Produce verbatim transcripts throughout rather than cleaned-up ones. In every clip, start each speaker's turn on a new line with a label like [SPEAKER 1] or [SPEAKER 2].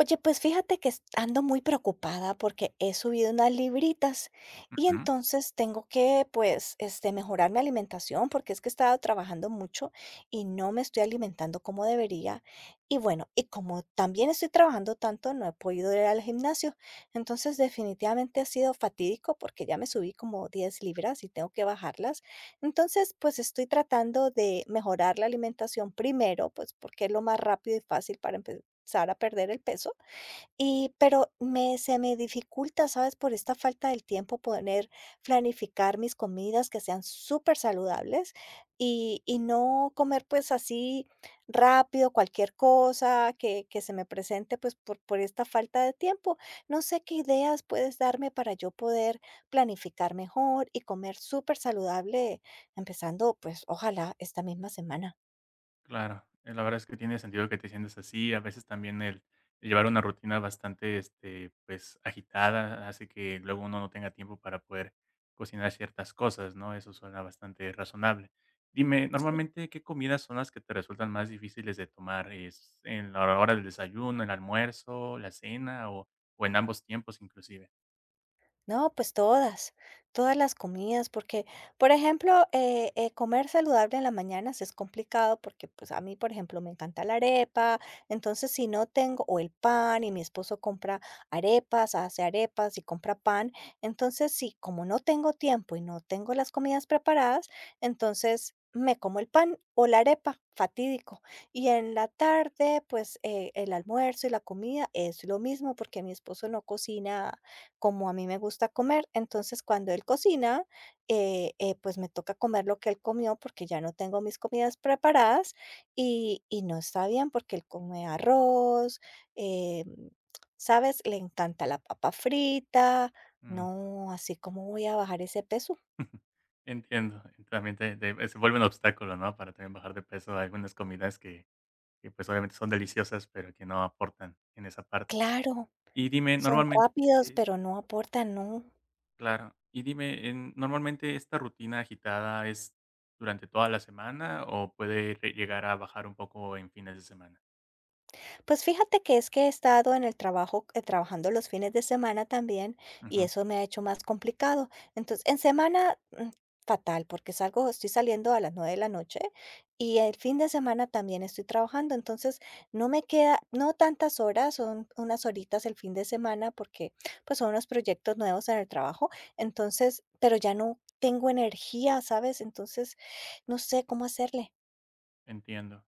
[SPEAKER 1] Oye, pues fíjate que es- ando muy preocupada porque he subido unas libritas y
[SPEAKER 2] Ujú,
[SPEAKER 1] entonces tengo que, pues, este, mejorar mi alimentación porque es que he estado trabajando mucho y no me estoy alimentando como debería. Y bueno, y como también estoy trabajando tanto, no he podido ir al gimnasio. Entonces, definitivamente ha sido fatídico porque ya me subí como diez libras y tengo que bajarlas. Entonces, pues estoy tratando de mejorar la alimentación primero, pues porque es lo más rápido y fácil para empezar empezar a perder el peso, y pero me se me dificulta, ¿sabes? Por esta falta del tiempo poder planificar mis comidas que sean súper saludables y y no comer, pues, así rápido cualquier cosa que que se me presente, pues, por por esta falta de tiempo. No sé qué ideas puedes darme para yo poder planificar mejor y comer súper saludable empezando, pues, ojalá esta misma semana.
[SPEAKER 2] claro. Eh, la verdad es que tiene sentido que te sientas así. A veces también el el llevar una rutina bastante, este, pues, agitada hace que luego uno no tenga tiempo para poder cocinar ciertas cosas, ¿no? Eso suena bastante razonable. Dime, normalmente, ¿qué comidas son las que te resultan más difíciles de tomar? ¿Es en la hora del desayuno, el almuerzo, la cena o, o en ambos tiempos inclusive?
[SPEAKER 1] No, pues todas, todas las comidas, porque, por ejemplo, eh, eh, comer saludable en las mañanas es complicado porque, pues, a mí, por ejemplo, me encanta la arepa, entonces si no tengo, o el pan, y mi esposo compra arepas, hace arepas y compra pan, entonces sí, como no tengo tiempo y no tengo las comidas preparadas, entonces me como el pan o la arepa, fatídico. Y en la tarde, pues, eh, el almuerzo y la comida es lo mismo porque mi esposo no cocina como a mí me gusta comer. Entonces, cuando él cocina, eh, eh, pues me toca comer lo que él comió porque ya no tengo mis comidas preparadas y, y no está bien porque él come arroz, eh, ¿sabes? Le encanta la papa frita.
[SPEAKER 2] Mm,
[SPEAKER 1] No, así como voy a bajar ese peso.
[SPEAKER 2] entiendo. También te- te- se vuelve un obstáculo, ¿no? Para también bajar de peso algunas comidas que, que, pues, obviamente son deliciosas, pero que no aportan en esa parte.
[SPEAKER 1] Claro,
[SPEAKER 2] Y dime,
[SPEAKER 1] son
[SPEAKER 2] normalmente
[SPEAKER 1] rápidos, pero no aportan, no.
[SPEAKER 2] claro. Y dime, en normalmente, ¿esta rutina agitada es durante toda la semana o puede re llegar a bajar un poco en fines de semana?
[SPEAKER 1] Pues fíjate que es que he estado en el trabajo, eh, trabajando los fines de semana también, y
[SPEAKER 2] Ujú,
[SPEAKER 1] eso me ha hecho más complicado. Entonces, en semana, mm, fatal, porque salgo, estoy saliendo a las nueve de la noche y el fin de semana también estoy trabajando. Entonces, no me queda, no tantas horas, son unas horitas el fin de semana, porque pues son unos proyectos nuevos en el trabajo. Entonces, pero ya no tengo energía, ¿sabes? Entonces, no sé cómo hacerle.
[SPEAKER 2] entiendo.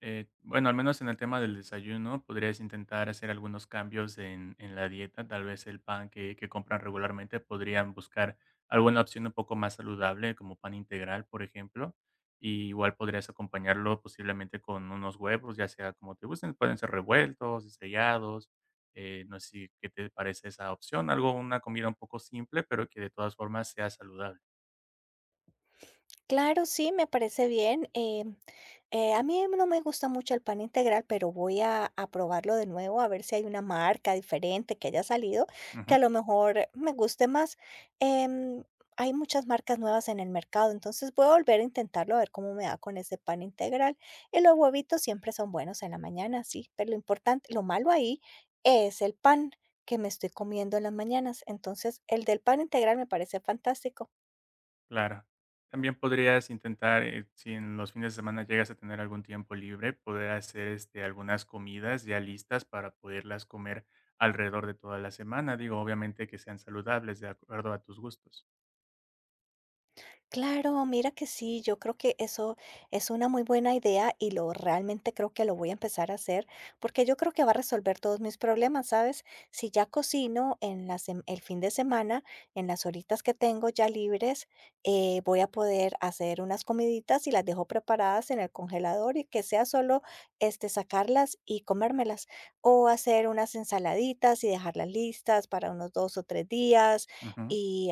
[SPEAKER 2] Eh, bueno, al menos en el tema del desayuno, podrías intentar hacer algunos cambios en, en la dieta. Tal vez el pan que, que compran regularmente podrían buscar alguna opción un poco más saludable, como pan integral, por ejemplo. Y igual podrías acompañarlo posiblemente con unos huevos, ya sea como te gusten, pueden ser revueltos, estrellados. eh, no sé si- qué te parece esa opción, algo, una comida un poco simple, pero que de todas formas sea saludable.
[SPEAKER 1] Claro, sí, me parece bien. Em, eh, a mí no me gusta mucho el pan integral, pero voy a, a probarlo de nuevo, a ver si hay una marca diferente que haya salido, que
[SPEAKER 2] Ujú.
[SPEAKER 1] a lo mejor me guste más. Em, Hay muchas marcas nuevas en el mercado, entonces voy a volver a intentarlo, a ver cómo me da con ese pan integral. Y los huevitos siempre son buenos en la mañana, sí, pero lo importante, lo malo ahí es el pan que me estoy comiendo en las mañanas. Entonces, el del pan integral me parece fantástico.
[SPEAKER 2] Claro. También podrías intentar, eh, si en los fines de semana llegas a tener algún tiempo libre, poder hacer este, algunas comidas ya listas para poderlas comer alrededor de toda la semana. Digo, obviamente que sean saludables de acuerdo a tus gustos.
[SPEAKER 1] Claro, mira que sí, yo creo que eso es una muy buena idea y lo realmente creo que lo voy a empezar a hacer porque yo creo que va a resolver todos mis problemas, ¿sabes? Si ya cocino en la sem- el fin de semana, en las horitas que tengo ya libres, eh, voy a poder hacer unas comiditas y las dejo preparadas en el congelador y que sea solo este sacarlas y comérmelas o hacer unas ensaladitas y dejarlas listas para unos dos o tres días
[SPEAKER 2] Ujú.
[SPEAKER 1] y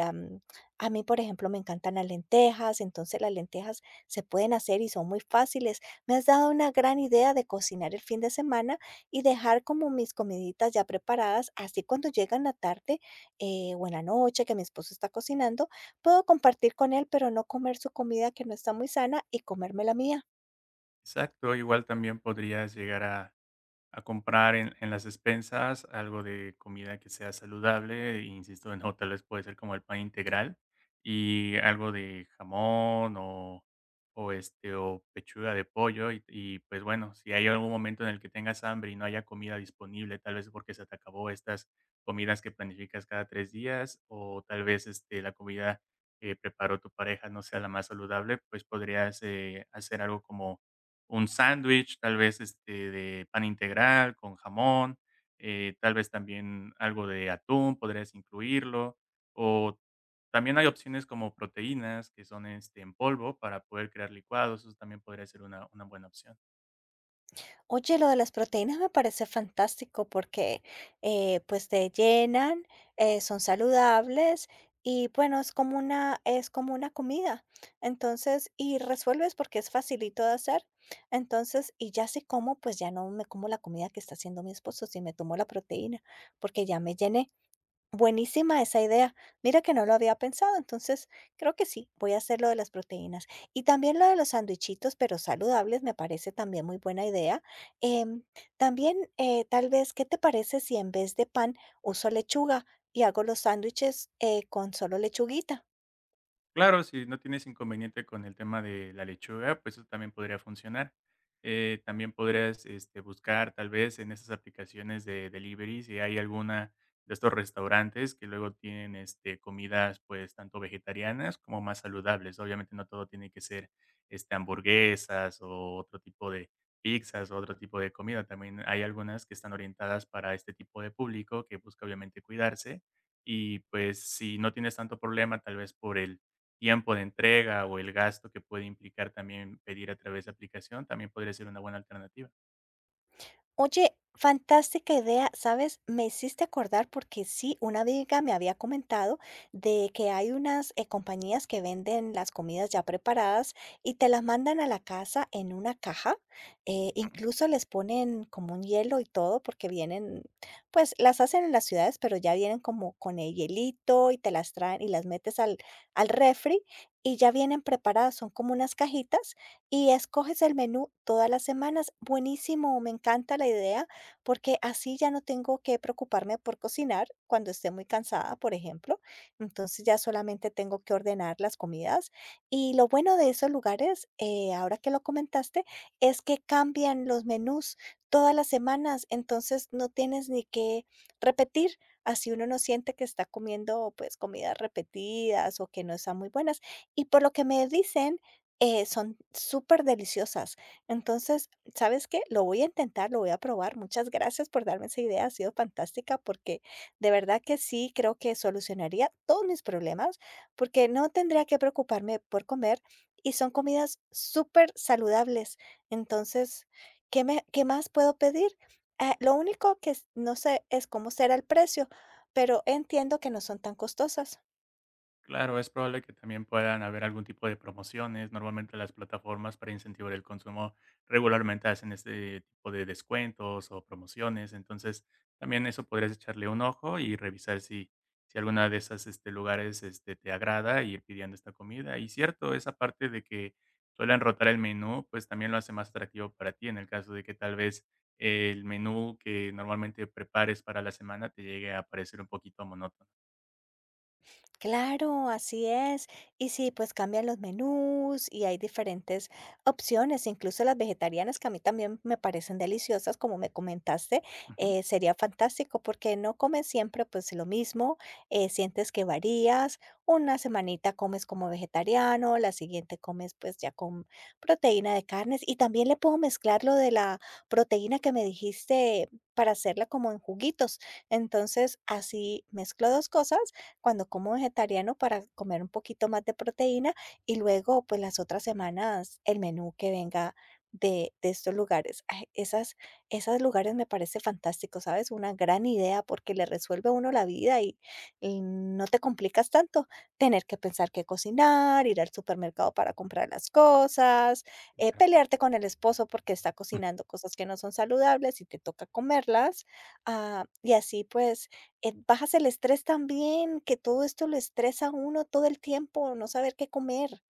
[SPEAKER 1] a mí, por ejemplo, me encantan las lentejas, entonces las lentejas se pueden hacer y son muy fáciles. Me has dado una gran idea de cocinar el fin de semana y dejar como mis comiditas ya preparadas, así cuando llega en la tarde eh, o en la noche que mi esposo está cocinando, puedo compartir con él, pero no comer su comida que no está muy sana y comerme la mía.
[SPEAKER 2] Exacto, igual también podrías llegar a a comprar en, en las despensas algo de comida que sea saludable, e insisto, no, tal vez puede ser como el pan integral y algo de jamón o, o este o pechuga de pollo y, y, pues bueno, si hay algún momento en el que tengas hambre y no haya comida disponible, tal vez porque se te acabó estas comidas que planificas cada tres días o tal vez este, la comida que preparó tu pareja no sea la más saludable, pues podrías eh, hacer algo como un sándwich, tal vez, este, de pan integral con jamón, eh, tal vez también algo de atún, podrías incluirlo. O también hay opciones como proteínas que son, este, en polvo para poder crear licuados, eso también podría ser una una buena opción.
[SPEAKER 1] Oye, lo de las proteínas me parece fantástico porque eh, pues te llenan, eh, son saludables y bueno, es como una, es como una comida. Entonces, y resuelves porque es facilito de hacer. Entonces, y ya si como, pues ya no me como la comida que está haciendo mi esposo, si me tomo la proteína, porque ya me llené. Buenísima esa idea. Mira que no lo había pensado, entonces creo que sí, voy a hacer lo de las proteínas. Y también lo de los sandwichitos, pero saludables, me parece también muy buena idea. Em, También, eh, tal vez, ¿qué te parece si en vez de pan uso lechuga y hago los sándwiches eh, con solo lechuguita?
[SPEAKER 2] Claro, si no tienes inconveniente con el tema de la lechuga, pues eso también podría funcionar. Eh, también podrías este, buscar tal vez en esas aplicaciones de delivery si hay alguna de estos restaurantes que luego tienen este, comidas pues tanto vegetarianas como más saludables. Obviamente no todo tiene que ser este, hamburguesas o otro tipo de pizzas o otro tipo de comida. También hay algunas que están orientadas para este tipo de público que busca obviamente cuidarse. Y pues si no tienes tanto problema tal vez por el tiempo de entrega o el gasto que puede implicar también pedir a través de aplicación, también podría ser una buena alternativa.
[SPEAKER 1] Oye, fantástica idea, ¿sabes? Me hiciste acordar porque sí, una amiga me había comentado de que hay unas eh, compañías que venden las comidas ya preparadas y te las mandan a la casa en una caja. Eh, incluso les ponen como un hielo y todo porque vienen, pues las hacen en las ciudades, pero ya vienen como con el hielito y te las traen y las metes al, al refri y ya vienen preparadas. Son como unas cajitas y escoges el menú todas las semanas. Buenísimo, me encanta la idea, porque así ya no tengo que preocuparme por cocinar cuando esté muy cansada, por ejemplo. Entonces ya solamente tengo que ordenar las comidas. Y lo bueno de esos lugares, eh, ahora que lo comentaste, es que cambian los menús todas las semanas, entonces no tienes ni que repetir. Así uno no siente que está comiendo pues comidas repetidas o que no están muy buenas. Y por lo que me dicen, eh, son súper deliciosas. Entonces, ¿sabes qué? Lo voy a intentar, lo voy a probar. Muchas gracias por darme esa idea, ha sido fantástica porque de verdad que sí creo que solucionaría todos mis problemas, porque no tendría que preocuparme por comer y son comidas súper saludables. Entonces, ¿qué me qué más puedo pedir? Ah, lo único que s no sé es cómo será el precio, pero entiendo que no son tan costosas.
[SPEAKER 2] Claro, es probable que también puedan haber algún tipo de promociones. Normalmente las plataformas para incentivar el consumo regularmente hacen este tipo de descuentos o promociones. Entonces, también eso podrías echarle un ojo y revisar si, si alguna de esas este, lugares este, te agrada y ir pidiendo esta comida. Y cierto, esa parte de que suelen rotar el menú, pues también lo hace más atractivo para ti en el caso de que tal vez el menú que normalmente prepares para la semana te llegue a parecer un poquito monótono.
[SPEAKER 1] Claro, así es. Y sí, pues cambian los menús y hay diferentes opciones, incluso las vegetarianas que a mí también me parecen deliciosas, como me comentaste,
[SPEAKER 2] Ujú.
[SPEAKER 1] eh, sería fantástico porque no comes siempre pues lo mismo, eh, sientes que varías, una semanita comes como vegetariano, la siguiente comes pues ya con proteína de carnes y también le puedo mezclar lo de la proteína que me dijiste para hacerla como en juguitos. Entonces, así mezclo dos cosas cuando como vegetariano para comer un poquito más de proteína y luego pues las otras semanas el menú que venga de, de estos lugares. Ay, esas, esos lugares me parece fantástico, ¿sabes? Una gran idea porque le resuelve a uno la vida y, y no te complicas tanto tener que pensar qué cocinar, ir al supermercado para comprar las cosas, eh,
[SPEAKER 2] Claro.
[SPEAKER 1] pelearte con el esposo porque está cocinando cosas que no son saludables y te toca comerlas. Ah, y así pues eh, bajas el estrés también, que todo esto lo estresa a uno todo el tiempo, no saber qué comer.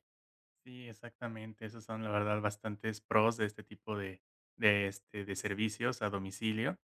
[SPEAKER 2] Sí, exactamente. Esos son, la verdad, bastantes pros de este tipo de, de, este, de servicios a domicilio.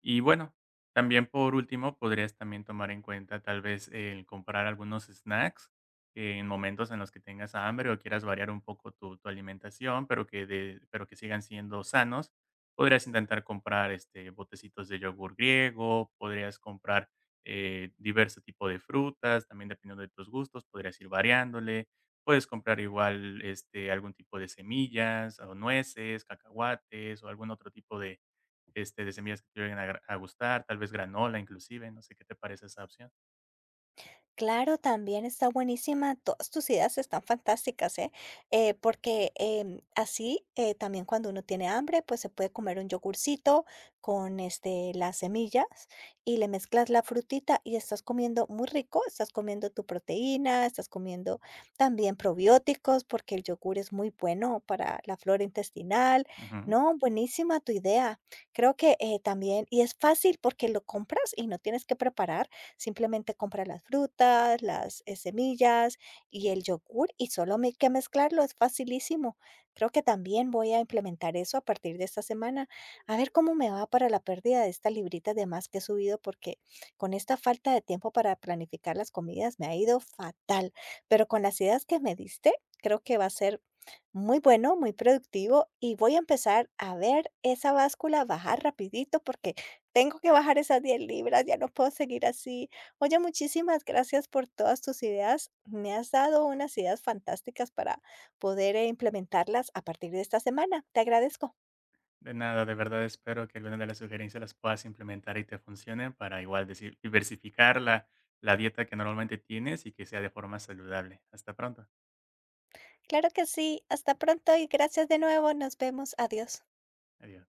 [SPEAKER 2] Y bueno, también por último, podrías también tomar en cuenta tal vez el comprar algunos snacks eh, en momentos en los que tengas hambre o quieras variar un poco tu, tu alimentación, pero que, de, pero que sigan siendo sanos. Podrías intentar comprar este, botecitos de yogur griego, podrías comprar eh, diverso tipo de frutas, también dependiendo de tus gustos, podrías ir variándole Puedes comprar igual, este, algún tipo de semillas, o nueces, cacahuates, o algún otro tipo de, este, de semillas que te lleguen a gra a gustar, tal vez granola, inclusive, no sé qué te parece esa opción.
[SPEAKER 1] Claro, también está buenísima. Todas tus ideas están fantásticas, ¿eh? Eh, porque em, así eh, también cuando uno tiene hambre, pues se puede comer un yogurcito con este, las semillas y le mezclas la frutita y estás comiendo muy rico, estás comiendo tu proteína, estás comiendo también probióticos porque el yogur es muy bueno para la flora intestinal.
[SPEAKER 2] Ujú.
[SPEAKER 1] No, buenísima tu idea. Creo que eh, también, y es fácil porque lo compras y no tienes que preparar. Simplemente compra las frutas, las eh, semillas y el yogur y solo hay que mezclarlo, es facilísimo. Creo que también voy a implementar eso a partir de esta semana. A ver cómo me va para la pérdida de estas libritas de más que he subido, porque con esta falta de tiempo para planificar las comidas me ha ido fatal. Pero con las ideas que me diste, creo que va a ser muy bueno, muy productivo y voy a empezar a ver esa báscula bajar rapidito porque tengo que bajar esas diez libras, ya no puedo seguir así. Oye, muchísimas gracias por todas tus ideas. Me has dado unas ideas fantásticas para poder eh, implementarlas a partir de esta semana. Te agradezco.
[SPEAKER 2] De nada, de verdad espero que alguna de las sugerencias las puedas implementar y te funcionen para igual decir diversificar la la dieta que normalmente tienes y que sea de forma saludable. Hasta pronto.
[SPEAKER 1] Claro que sí. Hasta pronto y gracias de nuevo. Nos vemos. Adiós.
[SPEAKER 2] Adiós.